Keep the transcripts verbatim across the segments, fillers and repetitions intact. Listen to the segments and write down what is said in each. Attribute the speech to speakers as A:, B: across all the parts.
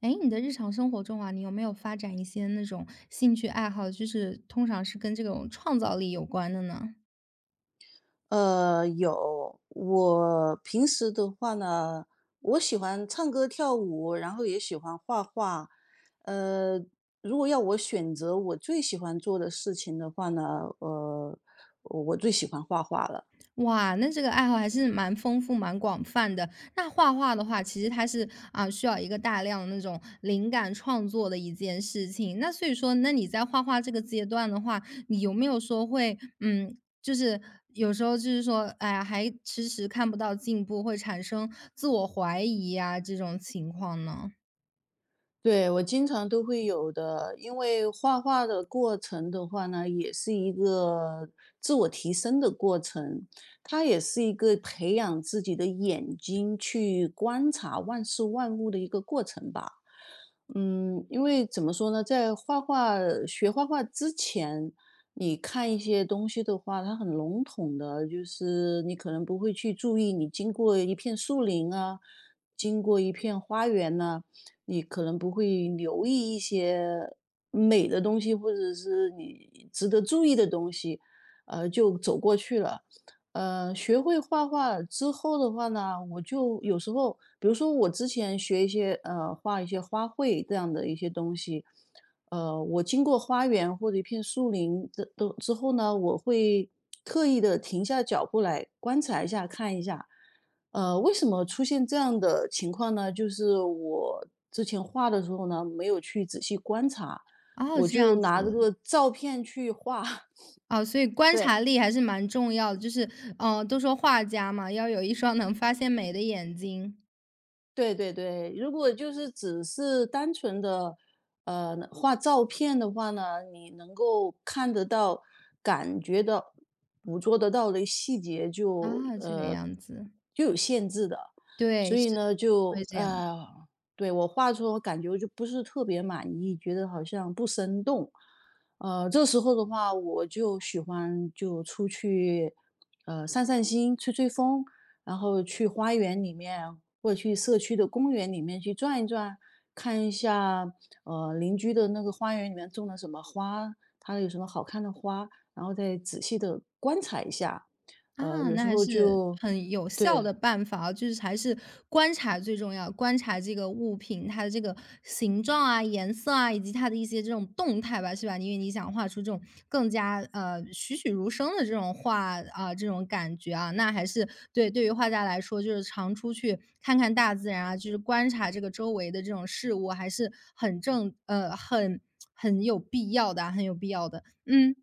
A: 哎，你的日常生活中啊，你有没有发展一些那种兴趣爱好，就是通常是跟这种创造力有关的呢？
B: 呃，有。我平时的话呢，我喜欢唱歌跳舞，然后也喜欢画画。呃，如果要我选择我最喜欢做的事情的话呢，呃，我最喜欢画画了。
A: 哇，那这个爱好还是蛮丰富、蛮广泛的。那画画的话，其实它是啊，需要一个大量的那种灵感创作的一件事情。那所以说，那你在画画这个阶段的话，你有没有说会嗯，就是有时候就是说，哎呀，还迟迟看不到进步，会产生自我怀疑呀、这种情况呢？
B: 对，我经常都会有的，因为画画的过程的话呢，也是一个自我提升的过程，它也是一个培养自己的眼睛去观察万事万物的一个过程吧。嗯，因为怎么说呢，在画画学画画之前，你看一些东西的话，它很笼统的，就是你可能不会去注意，你经过一片树林啊，经过一片花园呐、你可能不会留意一些美的东西，或者是你值得注意的东西，呃，就走过去了。呃，学会画画之后的话呢，我就有时候，比如说我之前学一些呃画一些花卉这样的一些东西，呃，我经过花园或者一片树林的都之后呢，我会特意的停下脚步来观察一下，看一下，呃，为什么出现这样的情况呢？就是我之前画的时候呢，没有去仔细观察，
A: 哦，
B: 我
A: 这
B: 就
A: 样子，
B: 拿这个照片去画。
A: 啊，所以 观
B: 对，
A: 察力还是蛮重要的，就是，呃，都说画家嘛，要有一双能发现美的眼睛。
B: 对对对，如果就是只是单纯的，呃，画照片的话呢，你能够看得到、感觉到、捕捉得到的细节就
A: 啊，这个
B: 呃
A: 样子，
B: 就有限制的，所
A: 对，
B: 以
A: 是
B: 呢，就
A: 会这样。
B: 呃，对我画出来我感觉我就不是特别满意，觉得好像不生动。呃，这时候的话，我就喜欢就出去，呃，散散心、吹吹风，然后去花园里面或者去社区的公园里面去转一转，看一下呃邻居的那个花园里面种了什么花，它有什么好看的花，然后再仔细的观察一下。呃，
A: 啊，
B: 有
A: 那
B: 时
A: 还
B: 候
A: 是
B: 就
A: 很有效
B: 对，
A: 的办法啊，就是还是观察最重要，观察这个物品它的这个形状啊、颜色啊，以及它的一些这种动态吧，是吧？因为你想画出这种更加呃栩栩如生的这种画啊、这种感觉啊，那还是对对于画家来说，就是常出去看看大自然啊，就是观察这个周围的这种事物，还是很正呃很很有必要的啊、很有必要的。嗯，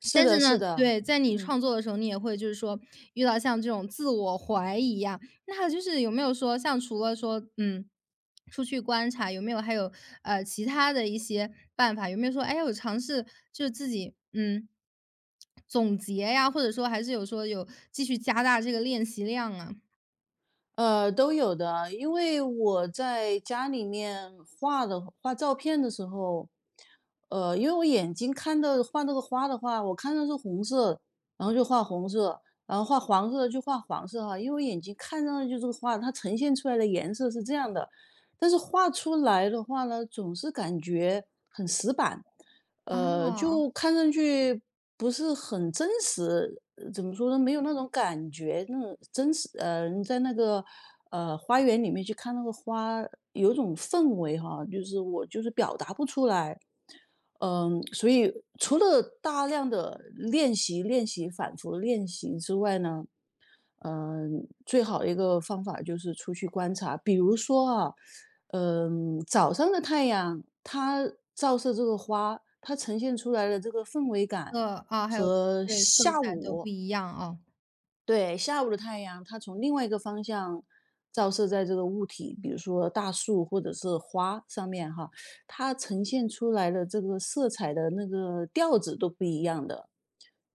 B: 是
A: 但
B: 的，
A: 是
B: 是
A: 呢，
B: 的，
A: 对，在你
B: 嗯。
A: 创作的时候，你也会就是说遇到像这种自我怀疑呀，那还有就是有没有说像除了说，嗯，出去观察，有没有还有，呃，其他的一些办法？有没有说，哎，我尝试就是自己，嗯，总结呀，或者说还是有说有继续加大这个练习量啊？
B: 呃，都有的啊，因为我在家里面画的画照片的时候，呃，因为我眼睛看到画那个花的话，我看到是红色，然后就画红色，然后画黄色的就画黄色哈，因为我眼睛看上去这个画，它呈现出来的颜色是这样的，但是画出来的话呢，总是感觉很死板。呃，
A: 啊，
B: 就看上去不是很真实，呃怎么说呢？没有那种感觉，那种真实。呃，你在那个呃花园里面去看那个花，有一种氛围哈，就是我就是表达不出来。嗯，所以除了大量的练习、练习、反复练习之外呢，嗯，最好的一个方法就是出去观察，比如说啊，嗯，早上的太阳它照射这个花，它呈现出来的这个氛围感
A: 呃，啊，还有
B: 和
A: 对，色
B: 下
A: 彩都不
B: 午
A: 一样哦，
B: 对，下午的太阳，它从另外一个方向照射在这个物体，比如说大树或者是花上面哈，它呈现出来的这个色彩的那个调子都不一样的。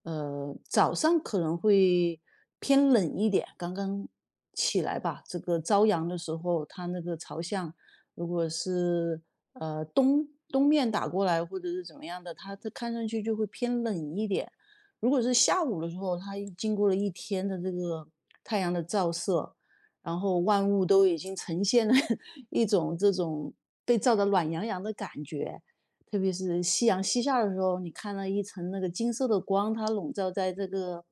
B: 呃，早上可能会偏冷一点，刚刚起来吧，这个朝阳的时候，它那个朝向，如果是呃东东面打过来或者是怎么样的，它它看上去就会偏冷一点。如果是下午的时候，它经过了一天的这个太阳的照射，然后万物都已经呈现了 一种这种被照得暖洋洋的感觉。特别是夕阳西下的时候，你看了一层那个金色的光，它笼罩在这个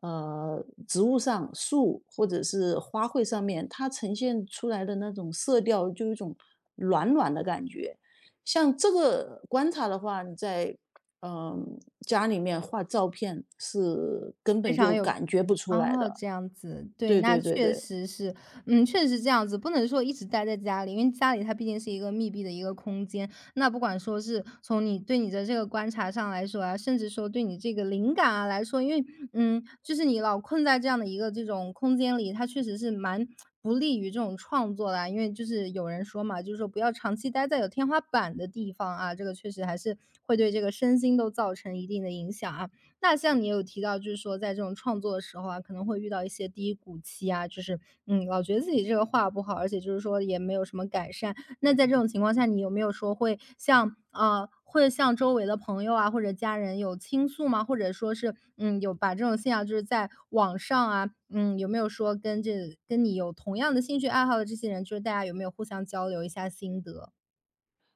B: 呃植物上、树或者是花卉上面，它呈现出来的那种色调，就有一种暖暖的感觉。像这个观察的话，你在嗯，家里面画照片是根
A: 非
B: 本就
A: 常有
B: 感觉不出来
A: 哦，
B: 的。
A: 这样子，对，
B: 对
A: 那
B: 对对
A: 确
B: 对，
A: 实是，嗯，确实是这样子，不能说一直待在家里，因为家里它毕竟是一个密闭的一个空间。那不管说是从你对你的这个观察上来说啊，甚至说对你这个灵感啊来说，因为，嗯，就是你老困在这样的一个这种空间里，它确实是蛮不利于这种创作的啊。因为就是有人说嘛，就是说不要长期待在有天花板的地方啊，这个确实还是会对这个身心都造成一定的影响啊。那像你有提到，就是说在这种创作的时候啊，可能会遇到一些低谷期啊，就是嗯，老觉得自己这个画不好，而且就是说也没有什么改善。那在这种情况下，你有没有说会向呃，会向周围的朋友啊或者家人有倾诉吗？或者说是嗯，有把这种现象就是在网上啊，嗯，有没有说跟这跟你有同样的兴趣爱好的这些人，就是大家有没有互相交流一下心得？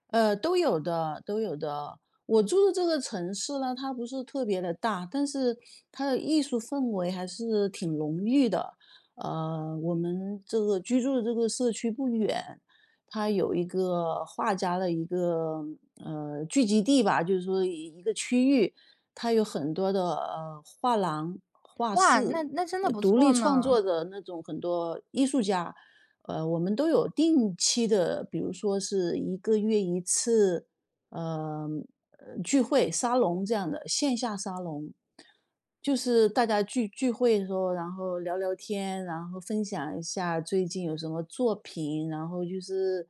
B: 呃，都有的，都有的。我住的这个城市呢，它不是特别的大，但是它的艺术氛围还是挺浓郁的。呃，我们这个居住的这个社区不远，它有一个画家的一个呃聚集地吧，就是说一一个区域，它有很多的呃画廊、画
A: 哇，
B: 室，
A: 那那真的
B: 呃
A: 不
B: 独立
A: 错
B: 创
A: 呢，
B: 作的那种很多艺术家。呃，我们都有定期的，比如说是一个月一次，呃，呃，聚会沙龙这样的线下沙龙。就是大家聚聚会的时候，然后聊聊天，然后分享一下最近有什么作品，然后就是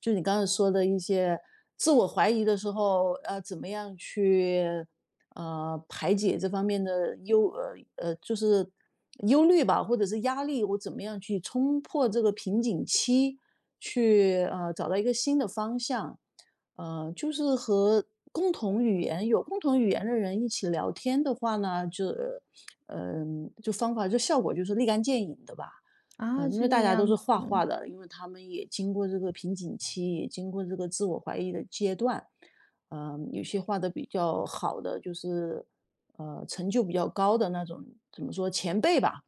B: 就你刚才说的一些自我怀疑的时候，呃，怎么样去呃，排解这方面的忧呃呃，就是忧虑吧，或者是压力，我怎么样去冲破这个瓶颈期，去呃找到一个新的方向。呃，就是和共同语言有共同语言的人一起聊天的话呢，就嗯、就方法就效果就是立竿见影的吧。
A: 啊，
B: 嗯，因为
A: 这
B: 大
A: 个
B: 家都
A: 样
B: 是画画
A: 子。
B: 的，因为他们也经过这个瓶颈期，也经过这个自我怀疑的阶段。嗯，有些画的比较好的，就是呃成就比较高的那种，怎么说前辈吧。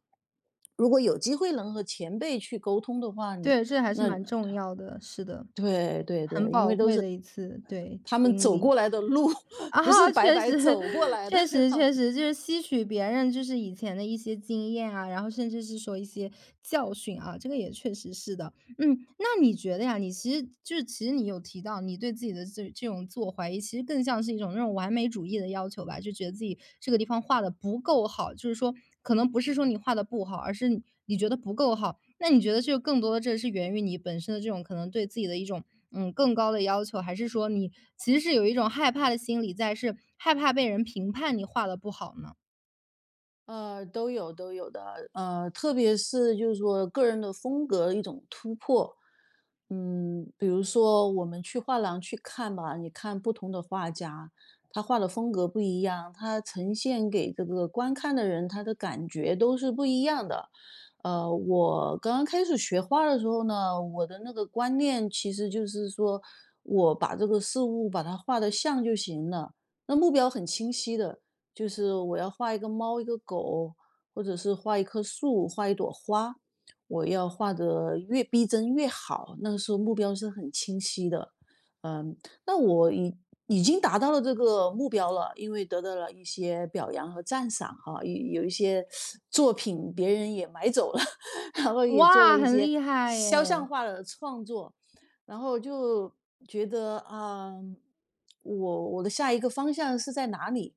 B: 如果有机会能和前辈去沟通的话，你
A: 对，这还是
B: 那
A: 蛮重要的，是的，
B: 对对
A: 很
B: 对，因
A: 宝
B: 为都
A: 贵
B: 是
A: 的一次，对，
B: 他们
A: 经
B: 走
A: 历。
B: 过来的路，
A: 啊，
B: 不是白
A: 确
B: 白
A: 实，
B: 走过 来的。
A: 确实，确 实，就是吸取别人就是以前的一些经验啊，然后甚至是说一些教训啊，这个也确实是的。嗯，那你觉得呀，你其实就是其实你有提到你对自己的这这种自我怀疑，其实更像是一种那种完美主义的要求吧，就觉得自己这个地方画的不够好，就是说可能不是说你画的不好，而是你你觉得不够好。那你觉得就更多的这是源于你本身的这种可能对自己的一种嗯，更高的要求，还是说你其实是有一种害怕的心理在，是害怕被人评判你画的不好呢？
B: 呃，都有都有的，呃，特别是就是说个人的风格一种突破。嗯，比如说我们去画廊去看吧，你看不同的画家，他画的风格不一样，他呈现给这个观看的人他的感觉都是不一样的。呃，我刚刚开始学画的时候呢，我的那个观念其实就是说我把这个事物把它画的像就行了，那目标很清晰的，就是我要画一个猫、一个狗，或者是画一棵树、画一朵花，我要画的越逼真越好。那个时候目标是很清晰的。嗯，那我已已经达到了这个目标了，因为得到了一些表扬和赞赏哈、有有一些作品别人也买走了，然后也做了
A: 哇，
B: 一
A: 很
B: 些
A: 厉害
B: 肖
A: 耶！
B: 像画的创作，然后就觉得啊、我我的下一个方向是在哪里？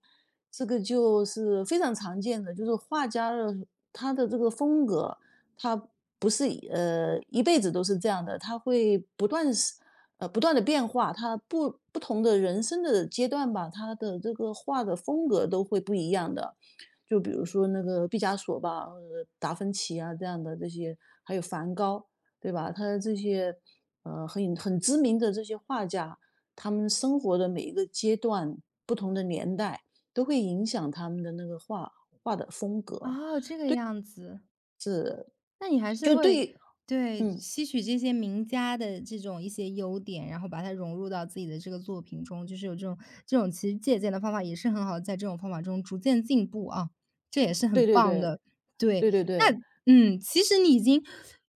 B: 这个就是非常常见的，就是画家的他的这个风格，他不是一呃一辈子都是这样的，他会不断是呃不断的变化，他不不同的人生的阶段吧，他的这个画的风格都会不一样的。就比如说那个毕加索吧，或者达芬奇啊这样的这些，还有梵高，对吧？他这些呃很很知名的这些画家，他们生活的每一个阶段、不同的年代，都会影响他们的那个画画的风格。
A: 哦，这个样子，那你还是
B: 就
A: 会
B: 对，
A: 对，
B: 嗯，
A: 吸取这些名家的这种一些优点，然后把它融入到自己的这个作品中，就是有这种这种其实借鉴的方法也是很好的，在这种方法中逐渐进步啊，这也是
B: 对
A: 很
B: 对
A: 棒
B: 对
A: 的。对，
B: 对对
A: 那
B: 对，
A: 嗯，其实你已经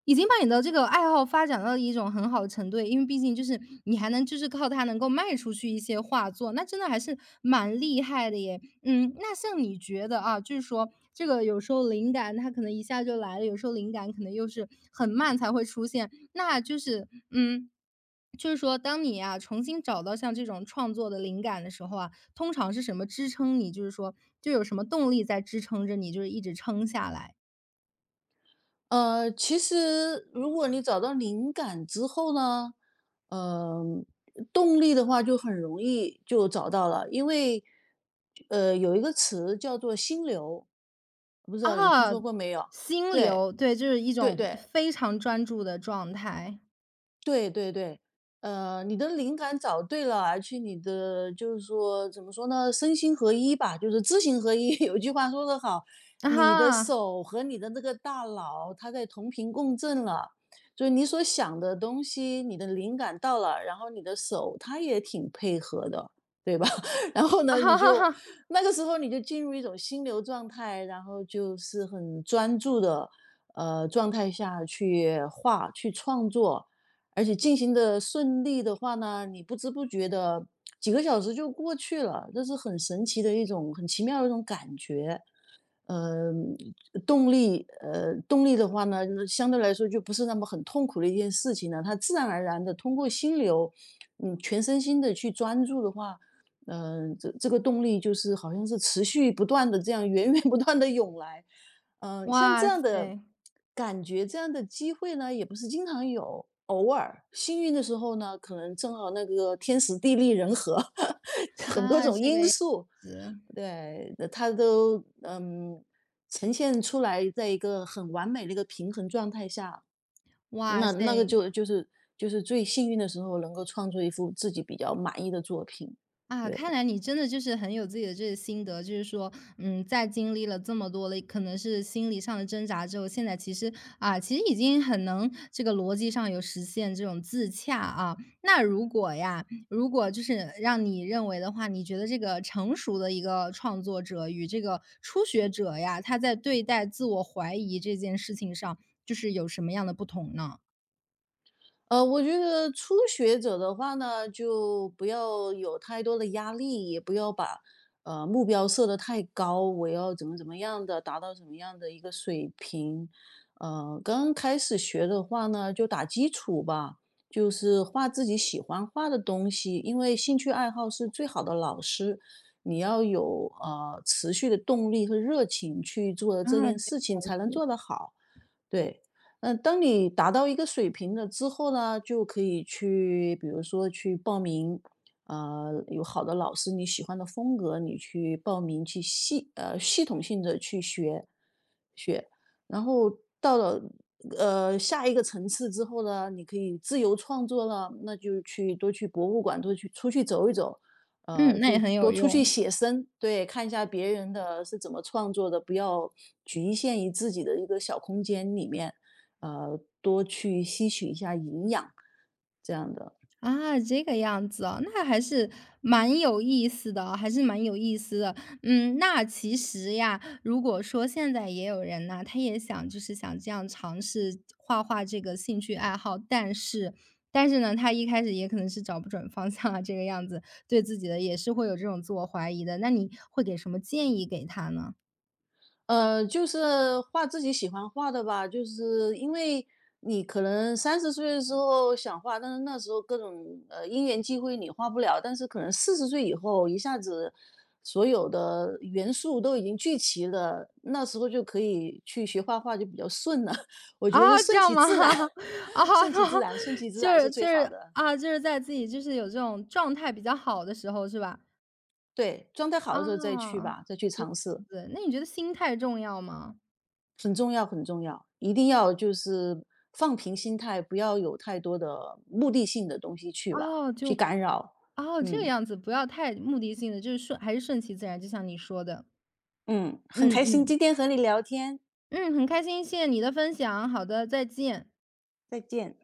A: 已经把你的这个爱好发展到一种很好的程度，因为毕竟就是你还能就是靠它能够卖出去一些画作，那真的还是蛮厉害的耶。嗯，那像你觉得啊，就是说这个有时候灵感它可能一下就来了，有时候灵感可能又是很慢才会出现，那就是嗯。就是说，当你啊重新找到像这种创作的灵感的时候啊，通常是什么支撑你？就是说，就有什么动力在支撑着你，就是一直撑下来？
B: 呃，其实如果你找到灵感之后呢，呃，动力的话就很容易就找到了，因为呃有一个词叫做心流，不知道你听
A: 啊，
B: 说过没有？
A: 心
B: 对
A: 流，对，就是一
B: 对
A: 种
B: 对，
A: 非常专注的状态。
B: 对对对，呃，你的灵感找对了，而且你的就是说怎么说呢，身心合一吧，就是知行合一。有句话说得好，
A: 啊
B: 你的
A: 哈，
B: 手和你的那个大脑，它在同频共振了，就是你所想的东西，你的灵感到了，然后你的手它也挺配合的，对吧？然后
A: 啊
B: 呢，你
A: 哈哈
B: 就
A: 哈，
B: 那个时候你就进入一种心流状态，然后就是很专注的呃状态下去画、去创作。而且进行的顺利的话呢，你不知不觉的几个小时就过去了，这是很神奇的一种、很奇妙的一种感觉。呃，动力，呃，动力的话呢，就是相对来说就不是那么很痛苦的一件事情了。它自然而然的通过心流，嗯，全身心的去专注的话，嗯，这这个动力就是好像是持续不断的这样 源源不断的涌来。嗯，像这
A: 哇
B: 样的
A: 塞，
B: 感觉，这样的机会呢，也不是经常有。幸运的时候呢，可能正好那个天时地利人和，很多
A: 啊，
B: 种
A: 这
B: 因
A: 个样
B: 素，
A: 子，
B: 对，它都嗯呈现出来，在一个很完美的一个平衡状态下，
A: 哇
B: 那那个
A: 塞。
B: 就就是就是最幸运的时候，能够创作一幅自己比较满意的作品。
A: 啊，看
B: 对。
A: 来你真的就是很有自己的这个心得，就是说，嗯，在经历了这么多的可能是心理上的挣扎之后，现在其实啊，其实已经很能这个逻辑上有实现这种自洽啊。那如果呀，如果就是让你认为的话，你觉得这个成熟的一个创作者与这个初学者呀，他在对待自我怀疑这件事情上，就是有什么样的不同呢？
B: 呃，我觉得初学者的话呢，就不要有太多的压力，也不要把呃目标设得太高，我要怎么怎么样的达到什么样的一个水平。呃，刚开始学的话呢，就打基础吧，就是画自己喜欢画的东西，因为兴趣爱好是最好的老师。你要有呃持续的动力和热情去做这
A: 啊，
B: 件
A: 这
B: 事情，才能做得好。对。嗯，当你达到一个水平了之后呢，就可以去，比如说去报名，呃，有好的老师，你喜欢的风格，你去报名去系呃系统性的去学，学，然后到了呃下一个层次之后呢，你可以自由创作了，那就去多去博物馆，多去出去走一走，呃，
A: 嗯，那
B: 就
A: 也很有
B: 多出去
A: 用。
B: 写生，对，看一下别人的是怎么创作的，不要局限于自己的一个小空间里面，呃，多去吸取一下营养，这样的。
A: 啊，这个样子哦，那还是蛮有意思的哦还是蛮有意思的。嗯，那其实呀，如果说现在也有人呐，他也想就是想这样尝试画画这个兴趣爱好，但是但是呢，他一开始也可能是找不准方向啊，这个样子，对自己的也是会有这种自我怀疑的。那你会给什么建议给他呢？
B: 呃，就是画自己喜欢画的吧，就是因为你可能三十岁的时候想画，但是那时候各种呃因缘际会你画不了，但是可能四十岁以后一下子所有的元素都已经聚齐了，那时候就可以去学画画，就比较顺了。我
A: 啊，
B: 觉得就
A: 这
B: 顺
A: 样
B: 其
A: 吗？
B: 自然。
A: 啊，
B: 顺其自然，顺其 自
A: 就
B: 然是
A: 是
B: 最
A: 就
B: 好
A: 是
B: 的。
A: 啊，就是在自己就是有这种状态比较好的时候，是吧？
B: 对，状态好的时候再去
A: 啊，
B: 吧，再去尝试。
A: 对，那你觉得心态重要吗？
B: 很重要，很重要，一定要就是放平心态，不要有太多的目的性的东西去吧，
A: 哦，就
B: 去干扰。
A: 哦，这个
B: 嗯。
A: 样子，不要太目的性的，就是顺还是顺其自然，就像你说的。
B: 嗯，很
A: 嗯
B: 开心今
A: 嗯，
B: 天和你聊天，
A: 嗯，很开心，谢谢你的分享，好的，再见。
B: 再见。